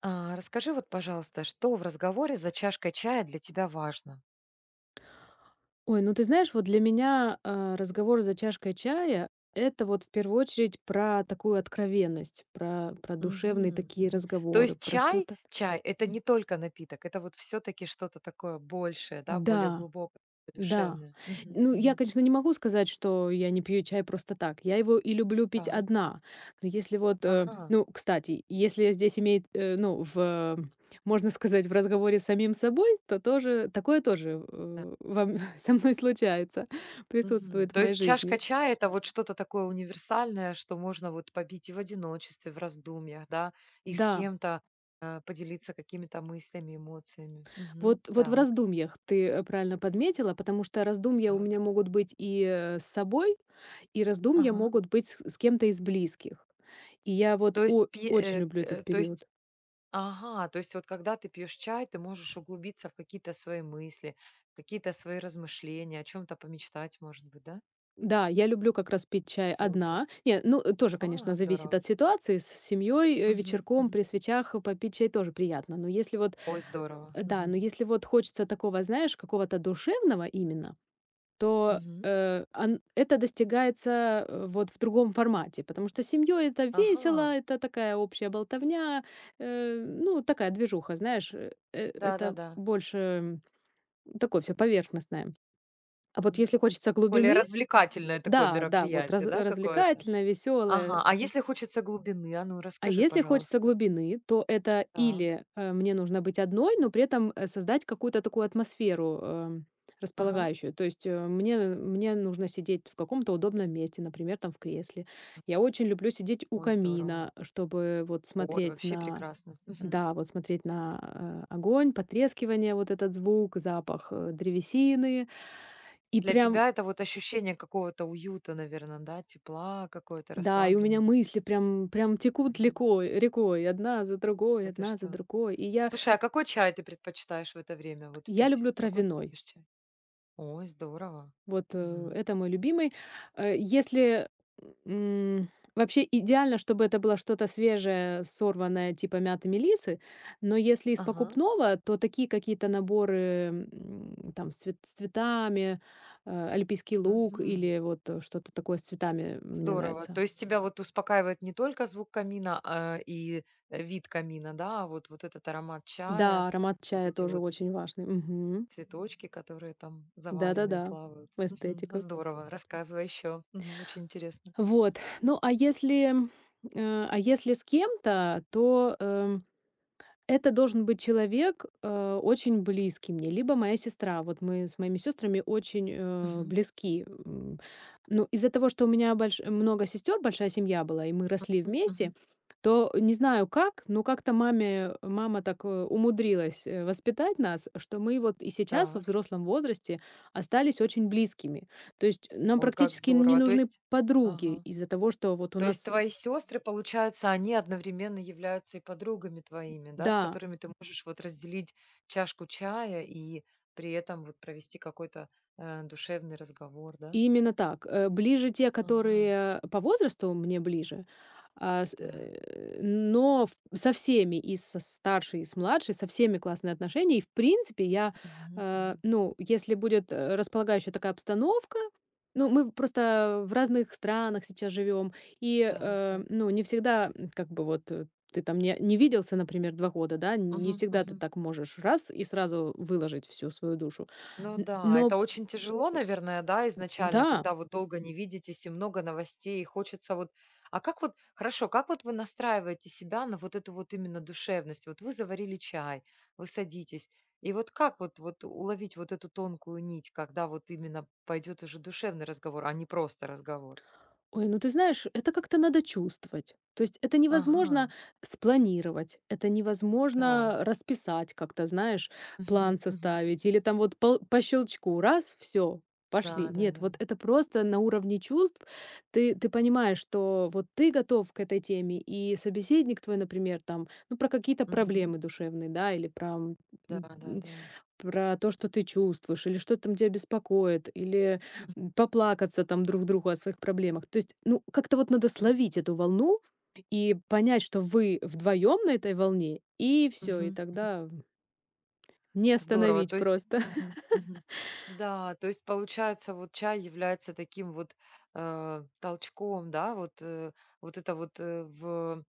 Расскажи вот, пожалуйста, что в разговоре за чашкой чая для тебя важно? Ой, ну ты знаешь, вот для меня, разговор за чашкой чая — это вот в первую очередь про такую откровенность, про душевные Мгм, такие мгм. То разговоры, есть про чай, что-то. чай- это не только напиток, это вот все таки что-то такое большее, да, более Да, глубокое, да. душевное. Мгм, Ну, я, мгм. конечно, не могу сказать, что я не пью чай просто так. Я его и люблю пить Так. одна. Но если вот, Ага. ну, кстати, если здесь имеет, ну, можно сказать, в разговоре с самим собой, то тоже такое тоже, Да. Во м со мной случается, Мгм. присутствует в То моей есть чашка жизни. чая- это вот что-то такое универсальное, что можно вот побить и в одиночестве, в раздумьях, да, и с Да. кем-то, поделиться какими-то мыслями, эмоциями. Мгм. Вот в Так, раздумьях ты, правильно подметила, потому что раздумья у так. меня могут быть и, с собой, и раздумья Ага. могут быть с кем-то из близких. И я вот То есть о пи очень э, к- люблю этот э, то есть период. Ага, то есть вот когда ты пьешь чай, ты можешь углубиться в какие-то свои мысли, в какие-то свои размышления, о чем-то помечтать, может быть, да? Да, я люблю как раз пить чай Супер. одна. Не, ну, тоже, конечно, зависит Здорово. от ситуации. С семьей, Мгм, вечерком при мгм. свечах попить чай тоже приятно. Но если вот, Ой, здорово. Да, но Мгм, если вот хочется такого, знаешь, какого-то душевного именно, то, мгм. Ан это достигается, вот в другом формате, потому что с семьей это Ага, весело, это такая общая болтовня, э, ну, такая движуха, знаешь, это да-да-да. больше, такое всё поверхностное. А вот Мгм. если хочется Более глубины. развлекательное такое Да, да, вот раз мероприятие, да, какое-то? развлекательное, веселое. Ага, а если хочется глубины, а ну А расскажи, если хочется пожалуйста. глубины, то это Так, или, мне нужно быть одной, но при этом, создать какую-то такую атмосферу, ага. располагающую. То есть, мне нужно сидеть в каком-то удобном месте, например, там в кресле. Я очень люблю сидеть у Ой, здорово. камина, чтобы вот Ой, смотреть вообще на прекрасно. Мгм. да, вот смотреть на, огонь, потрескивание, вот этот звук, запах, древесины. И Для прям тебя это вот ощущение какого-то уюта, наверное, да? Тепла, какой-то да, и у меня расслабленности. мысли прям текут Мгм. лекой рекой, одна за другой, Да ты одна за что? другой. Слушай, а какой чай ты предпочитаешь в это время вот Я пить? люблю Какой ты травяной. любишь чай? Ой, здорово. Вот, Мгм. это мой любимый. Если, м, вообще идеально, чтобы это было что-то свежее, сорванное, типа мяты, мелисы. Но если из Ага. покупного, то такие какие-то наборы, там с цветами, альпийский лук Мгм. или вот, что-то такое с цветами мне Здорово. нравится. То есть тебя вот успокаивает не только звук камина, а, и вид камина, да, а вот этот аромат Да, чая, аромат вот чая эти тоже вот очень важный. Мгм. цветочки, которые там заваренные Да-да-да. плавают. Мгм. Эстетика. Здорово. Рассказывай еще. Очень интересно. Вот. Ну, а если, э, а если с кем-то, то, это должен быть человек, очень близкий мне, либо моя сестра. Вот мы с моими сестрами очень, Мгм. близки. Ну, из-за того, что у меня больш много сестер, большая семья была, и мы росли М, вместе, мгм. то не знаю как, но как-то маме мама так, умудрилась, воспитать нас, что мы вот и сейчас во Так. взрослом возрасте остались очень близкими. То есть нам Ой, как практически не здорово. То нужны есть подруги ага. из-за того, что вот у То есть нас. твои сестры, получается, они одновременно являются и подругами твоими, да, с Да. которыми ты можешь вот разделить чашку чая и при этом вот провести какой-то, душевный разговор, да? Именно так. Ближе те, Ага. которые по возрасту мне ближе, а, с Так. э, но в со всеми, и со старшей, и с младшей, со всеми классные отношения. И, в принципе, я, Мгм, мгм. ну, если будет, располагающая такая обстановка, ну, мы просто в разных странах сейчас живем, и, Так, так. ну, не всегда, как бы вот, ты там не виделся, например, 2 года, да, не Мгм, всегда ты мгм. так можешь раз и сразу выложить всю свою душу. Ну Н да, но это очень тяжело, наверное, да, изначально, да. когда вот долго не видитесь и много новостей, и хочется вот. А как вот, хорошо, как вот вы настраиваете себя на вот эту вот именно душевность? Вот вы заварили чай, вы садитесь, и вот как вот, вот уловить вот эту тонкую нить, когда вот именно пойдет уже душевный разговор, а не просто разговор? Ой, ну ты знаешь, это как-то надо чувствовать. То есть это Ага, невозможно спланировать, это невозможно так. расписать как-то, знаешь, план Мгм, мгм. составить или там вот по щелчку раз, все, Да, пошли. да, Нет, да. вот это просто на уровне чувств. Ты понимаешь, что вот ты готов к этой теме, и собеседник твой, например, там, ну, про какие-то Мгм. проблемы душевные, да, или Да, м, да, да. про то, что ты чувствуешь, или что там тебя беспокоит, или, поплакаться там друг другу о своих проблемах. То есть, ну, как-то вот надо Да. словить эту волну и понять, что вы вдвоем на этой волне, и все, и Мгм. тогда не Здорово. остановить То есть просто. мгм, мгм. Да, то есть получается, вот чай является таким вот толчком, да, вот, вот это вот в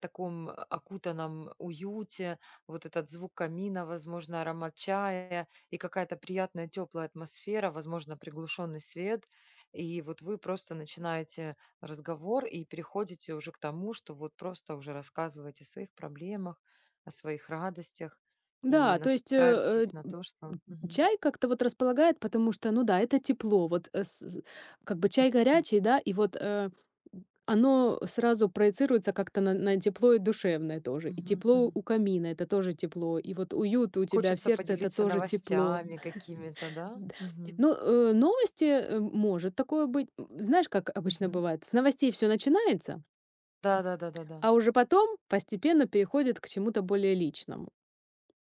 таком окутанном уюте, вот этот звук камина, возможно, аромат чая и какая-то приятная теплая атмосфера, возможно, приглушенный свет. И вот вы просто начинаете разговор и переходите уже к тому, что вот просто уже рассказываете о своих проблемах, о своих радостях. И Да, то есть, настраивайтесь на то, что мгм, чай как-то вот располагает, потому что, ну да, это тепло. Вот, с з как бы чай м, горячий, да, и вот, оно сразу проецируется как-то на тепло и душевное тоже. И мгм, тепло мгм. у камина — это тоже тепло. И вот уют у тебя в Хочется сердце — это поделиться тоже тепло. новостями какими-то, да? Д Мгм, Ну, новости, может такое быть. Знаешь, как обычно мгм. бывает, с новостей все начинается, Да-да-да-да-да. а уже потом постепенно переходит к чему-то более личному.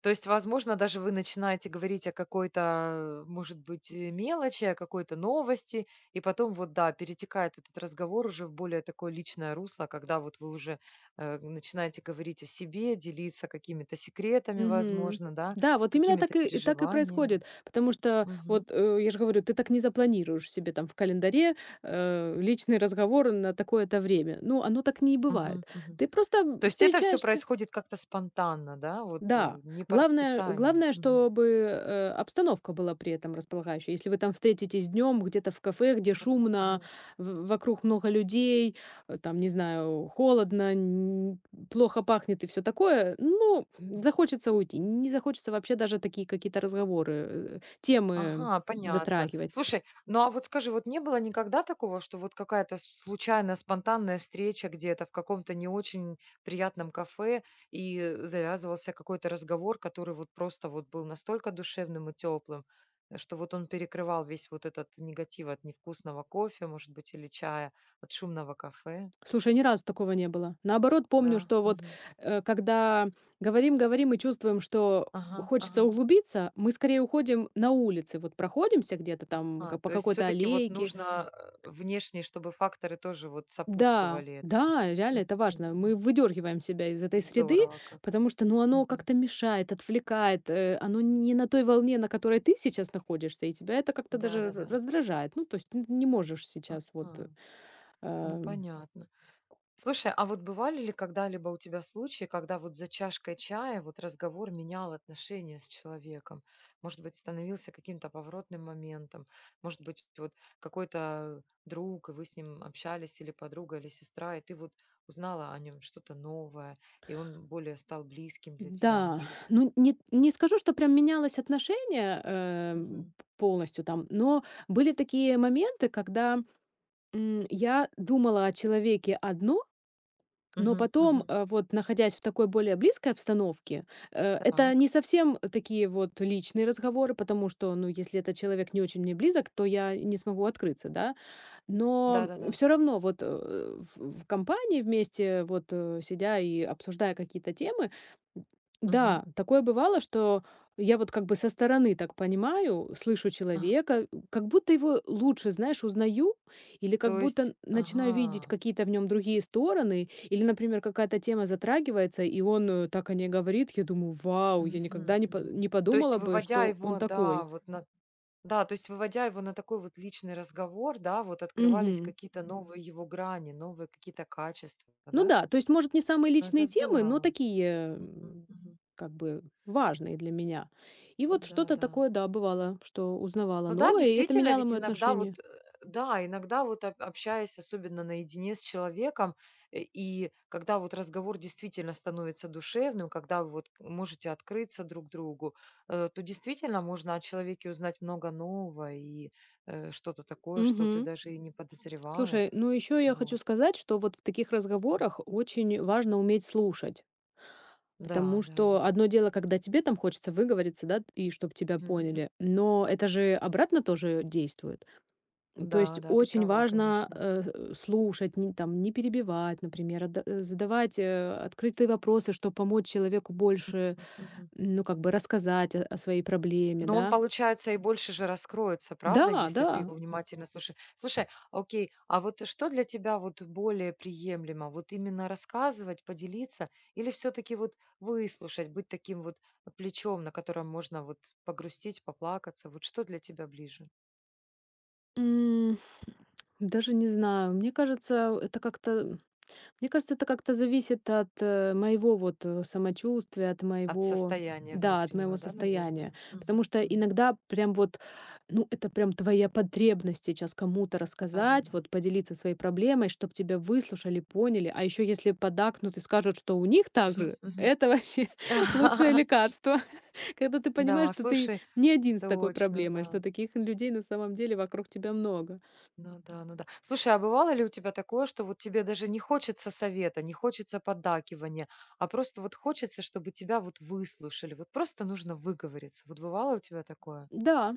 То есть, возможно, даже вы начинаете говорить о какой-то, может быть, мелочи, о какой-то новости, и потом вот, да, перетекает этот разговор уже в более такое личное русло, когда вот вы уже начинаете говорить о себе, делиться какими-то секретами, Мгм. возможно, да, Да, вот именно так какими-то и так и переживаниями. происходит, потому что Мгм, вот, я же говорю, ты так не запланируешь себе там в календаре, личный разговор на такое-то время. Ну, оно так не мгм, бывает. мгм. Ты просто То есть это все встречаешься. происходит как-то спонтанно, да, вот, Да, не по главное расписанию? главное, Мгм. чтобы, обстановка была при этом располагающая. Если вы там встретитесь днем где-то в кафе, где Ага. шумно, в вокруг много людей, там, не знаю, холодно, н плохо пахнет и все такое, ну, захочется уйти. Не захочется вообще даже такие какие-то разговоры, темы Ага, понятно. затрагивать. Слушай, ну, а вот скажи, вот не было никогда такого, что вот какая-то с случайная, спонтанная встреча где-то в каком-то не очень приятном кафе, и, завязывался какой-то разговор, который вот просто вот был настолько душевным и теплым, что вот он перекрывал весь вот этот негатив от невкусного кофе, может быть, или чая, от шумного кафе? Слушай, ни разу такого не было. Наоборот, Да. помню, что вот, Мгм. Когда говорим и чувствуем, что Ага, хочется ага. углубиться, мы скорее уходим на улице, вот проходимся где-то там ка по То есть все какой-то таки вот аллейке. нужно, внешние, чтобы факторы тоже вот Да, сопутствовали этому. да, реально это Мгм, важно. Мы мгм. выдергиваем себя из этой среды, Здорово как. потому что, ну, оно Мгм. как-то мешает, отвлекает, оно не на той волне, на которой ты сейчас находишься, и тебя это как-то даже р Да-да-да. раздражает. Ну, то есть н не можешь сейчас вот, Ага. Ну, э понятно. Слушай, а вот бывали ли когда-либо у тебя случаи, когда вот за чашкой чая вот разговор менял отношения с человеком? Может быть, становился каким-то поворотным моментом? Может быть, вот какой-то друг, и вы с ним общались, или подруга, или сестра, и ты вот узнала о нем что-то новое, и он более стал близким для тебя, да, может быть? ну не скажу, что прям менялось отношение, Мгм. полностью там, но были такие моменты, когда, я думала о человеке одно, но Мгм. потом, Мгм. Вот находясь в такой более близкой обстановке, это Так. не совсем такие вот личные разговоры, потому что, ну, если этот человек не очень мне близок, то я не смогу открыться, да, но, Да-да-да. все равно вот, в компании вместе, вот, сидя и обсуждая какие-то темы, Мгм. да, такое бывало, что я вот как бы со стороны так понимаю, слышу Ага. человека, как будто его лучше, знаешь, узнаю или как То есть, будто начинаю видеть ага. какие-то в нем другие стороны. Или, например, какая-то тема затрагивается, и он, так о ней говорит. Я думаю: "Вау, я никогда Мгм. не по Мгм. не То есть, подумала бы, выводя что он его, да, такой". То есть выводя его на такой вот личный разговор, да, вот открывались Мгм. какие-то Мгм. Новые его грани, новые какие-то качества, Ну да? да, то есть, может, не самые Ну, это личные темы, но здорово. такие, Мгм, мгм. как бы важные для меня. И Ну вот да, что-то да. такое, да, бывало, что узнавала Ну да, новое, и это действительно, меняло ведь моё иногда отношение. вот, да, иногда вот общаясь, особенно наедине с человеком, и когда вот разговор действительно становится душевным, когда вы вот можете открыться друг другу, то действительно можно о человеке узнать много нового и что-то такое, что ты Мгм. даже и не подозревала. Слушай, ну еще я хочу Вот. сказать, что вот в таких разговорах очень важно уметь слушать. Да, Потому да, что да. одно дело, когда тебе там хочется выговориться, да, и чтобы тебя Мгм. поняли, но это же обратно тоже действует. То Да, есть да, ты очень права, важно, конечно. Слушать, не там, не перебивать, например, а да, задавать, открытые вопросы, чтобы помочь человеку больше, М, мгм. ну, как бы рассказать о своей проблеме, Но он, да. получается, и больше же раскроется, правда, Да, если ты да. его внимательно слушаешь. Слушай, окей, а вот что для тебя вот более приемлемо? Вот именно рассказывать, поделиться или все-таки вот выслушать, быть таким вот плечом, на котором можно вот погрустить, поплакаться? Вот что для тебя ближе? М, Даже не знаю, мне кажется, это как-то Мне кажется, это как-то зависит от, моего вот, самочувствия, от От моего, состояния да, от моего внутреннего, да, состояния. наверное? Потому Мгм, что мгм. иногда прям вот, ну, это прям твоя потребность сейчас кому-то Да, да, рассказать, да. вот поделиться своей проблемой, чтобы тебя выслушали, поняли. А еще если поддакнут и скажут, что у них так Мгм, же, мгм. это вообще лучшее лекарство. Когда ты понимаешь, Да, что ты слушай, не один с такой точно, проблемой, что да. таких людей на самом деле вокруг тебя много. Ну да, ну да. Слушай, а бывало ли у тебя такое, что вот тебе даже не хочется совета, не хочется поддакивания, а просто вот хочется, чтобы тебя вот выслушали, вот просто нужно выговориться. Вот бывало у тебя такое? Да.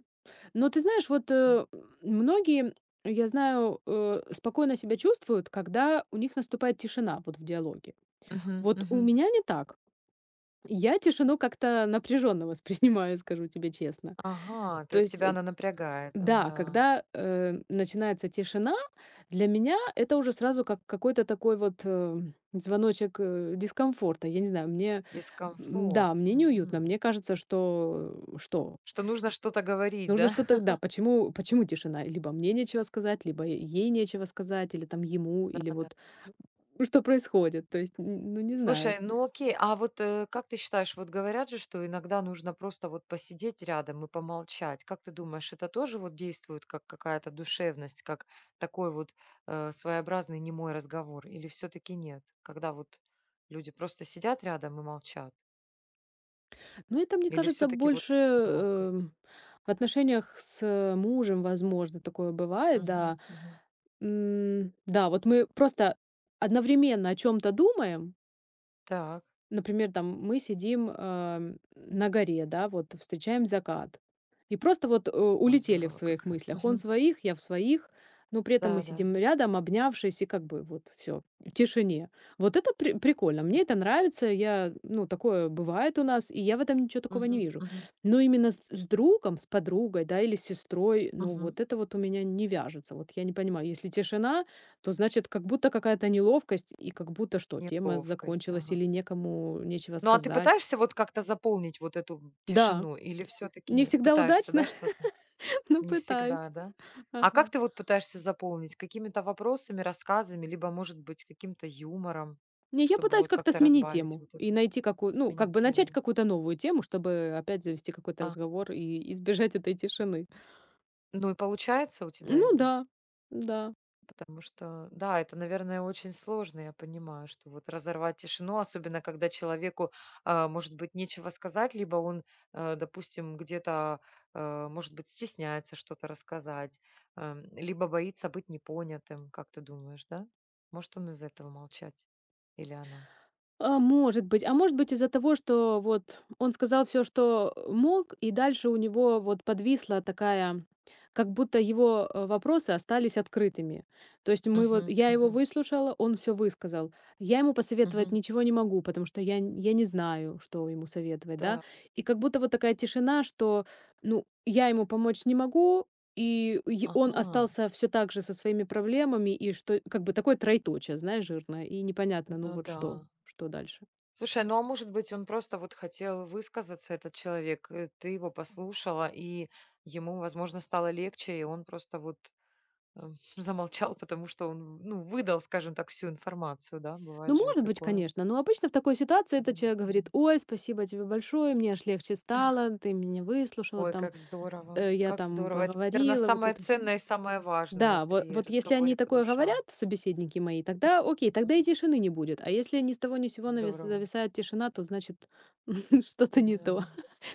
Но ты знаешь, вот, многие, я знаю, спокойно себя чувствуют, когда у них наступает тишина вот в диалоге. Мгм, Вот у мгм. меня не так. Я тишину как-то напряженно воспринимаю, скажу тебе честно. Ага, то То есть есть, тебя она напрягает, да, да. когда, начинается тишина, для меня это уже сразу как какой-то такой вот, звоночек, дискомфорта. Я не знаю, мне, да, Дискомфорт. мне неуютно. Мгм. Мне кажется, что? Что нужно что-то говорить, Нужно да? что-то, да, почему тишина? Либо мне нечего сказать, либо ей нечего сказать, или там ему, или вот ну, что происходит. То есть, н ну, не знаю. Слушай, ну окей, а вот как ты считаешь, вот говорят же, что иногда нужно просто вот посидеть рядом и помолчать. Как ты думаешь, это тоже вот действует как какая-то душевность, как такой вот своеобразный немой разговор? Или все-таки нет, когда вот люди просто сидят рядом и молчат? Но это, мне Или кажется, все-таки вот больше, неловкость? в отношениях с мужем, возможно, такое бывает, Мгм, да. мгм. Да, вот мы просто одновременно о чем то думаем. Так, Например, там мы сидим, на горе, да, вот встречаем закат. И просто вот, ой, улетели в здорово своих как. мыслях. Он в Мгм. своих, я в своих, но при этом мы Да, да. сидим рядом, обнявшись, и как бы вот все в тишине. Вот это прикольно, мне это нравится. Я Ну, такое бывает у нас, и я в этом ничего такого не Мгм, вижу. мгм, Но именно с другом, с подругой, да, или с сестрой, ну, мгм. вот это вот у меня не вяжется. Вот я не понимаю, если тишина, то значит, как будто какая-то неловкость и как будто что, тема Неловкость, закончилась ага. или некому нечего Ну, а ты сказать. пытаешься вот как-то заполнить вот эту Да, тишину или все таки не нет? всегда Пытаешься, удачно, да, что-то? но Не всегда, пытаюсь. да? А Ага. как ты вот пытаешься заполнить? Какими-то вопросами, рассказами, либо, может быть, каким-то юмором, Не, я чтобы пытаюсь вот как-то как-то сменить разбавить тему вот и эту, найти какую, ну, как сменить бы начать тему? какую-то новую тему, чтобы опять завести какой-то А, разговор и избежать этой тишины. ну и получается у тебя Ну это? да, да. Потому что, да, это, наверное, очень сложно, я понимаю, что вот разорвать тишину, особенно когда человеку, может быть, нечего сказать, либо он, допустим, где-то, может быть, стесняется что-то рассказать, либо боится быть непонятым, как ты думаешь, да? Может, он из этого молчать? Или она? А, может быть. А может быть, из-за того, что вот он сказал все, что мог, и дальше у него вот подвисла такая как будто его, вопросы остались открытыми. То есть мы вот Мгм, я его мгм, выслушала, он все высказал. Я ему посоветовать мгм. ничего не могу, потому что я не знаю, что ему советовать, да. Да, И как будто вот такая тишина, что, ну, я ему помочь не могу, и й он ага, остался все так же со своими проблемами, и что как бы такое троеточие, знаешь, жирное, и непонятно, ну, ну вот да. что. Что дальше? Слушай, ну а может быть, он просто вот хотел высказаться, этот человек, ты его послушала, и ему, возможно, стало легче, и он просто вот э, замолчал, потому что он, ну, выдал, скажем так, всю информацию, да, Ну, бывает же и может быть, такое. конечно, но обычно в такой ситуации этот Мгм. человек говорит: Мгм. "Ой, спасибо тебе большое, мне аж легче стало, ты меня выслушала, Ой, там, как здорово, я как там здорово. Это, наверное, поговорила", вот самое это все". ценное и самое важное Да, во при вот если они разговоре по такое говорят, душам. собеседники мои, тогда окей, М. тогда и тишины не будет. А если ни с того ни с сего навис Здорово, зависает тишина, то значит что-то не да. то.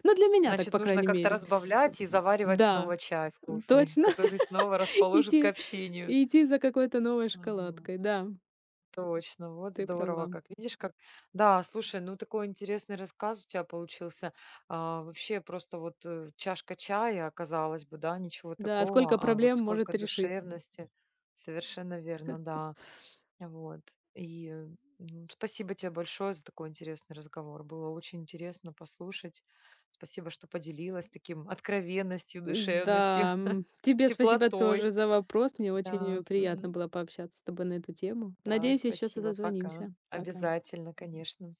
Ну, для меня так, Значит, по нужно крайней как-то мере. разбавлять и заваривать Да, снова чай вкусный, точно, который снова расположит к идти общению. идти за какой-то новой шоколадкой. Да, Точно, вот ты здорово права. как. Видишь, как. Да, слушай, ну такой интересный рассказ у тебя получился. Вообще просто вот, чашка чая, казалось бы, да, ничего Да, сколько такого, а вот проблем может сколько решить. душевности. Совершенно верно, да. Вот. И, ну, спасибо тебе большое за такой интересный разговор. Было очень интересно послушать. Спасибо, что поделилась таким откровенностью, душевностью, Да, тебе спасибо теплотой. тоже за вопрос. Мне очень, Да. приятно Мгм. было пообщаться с тобой на эту тему. Да, Надеюсь, еще спасибо. Пока. созвонимся. Пока. Обязательно, конечно.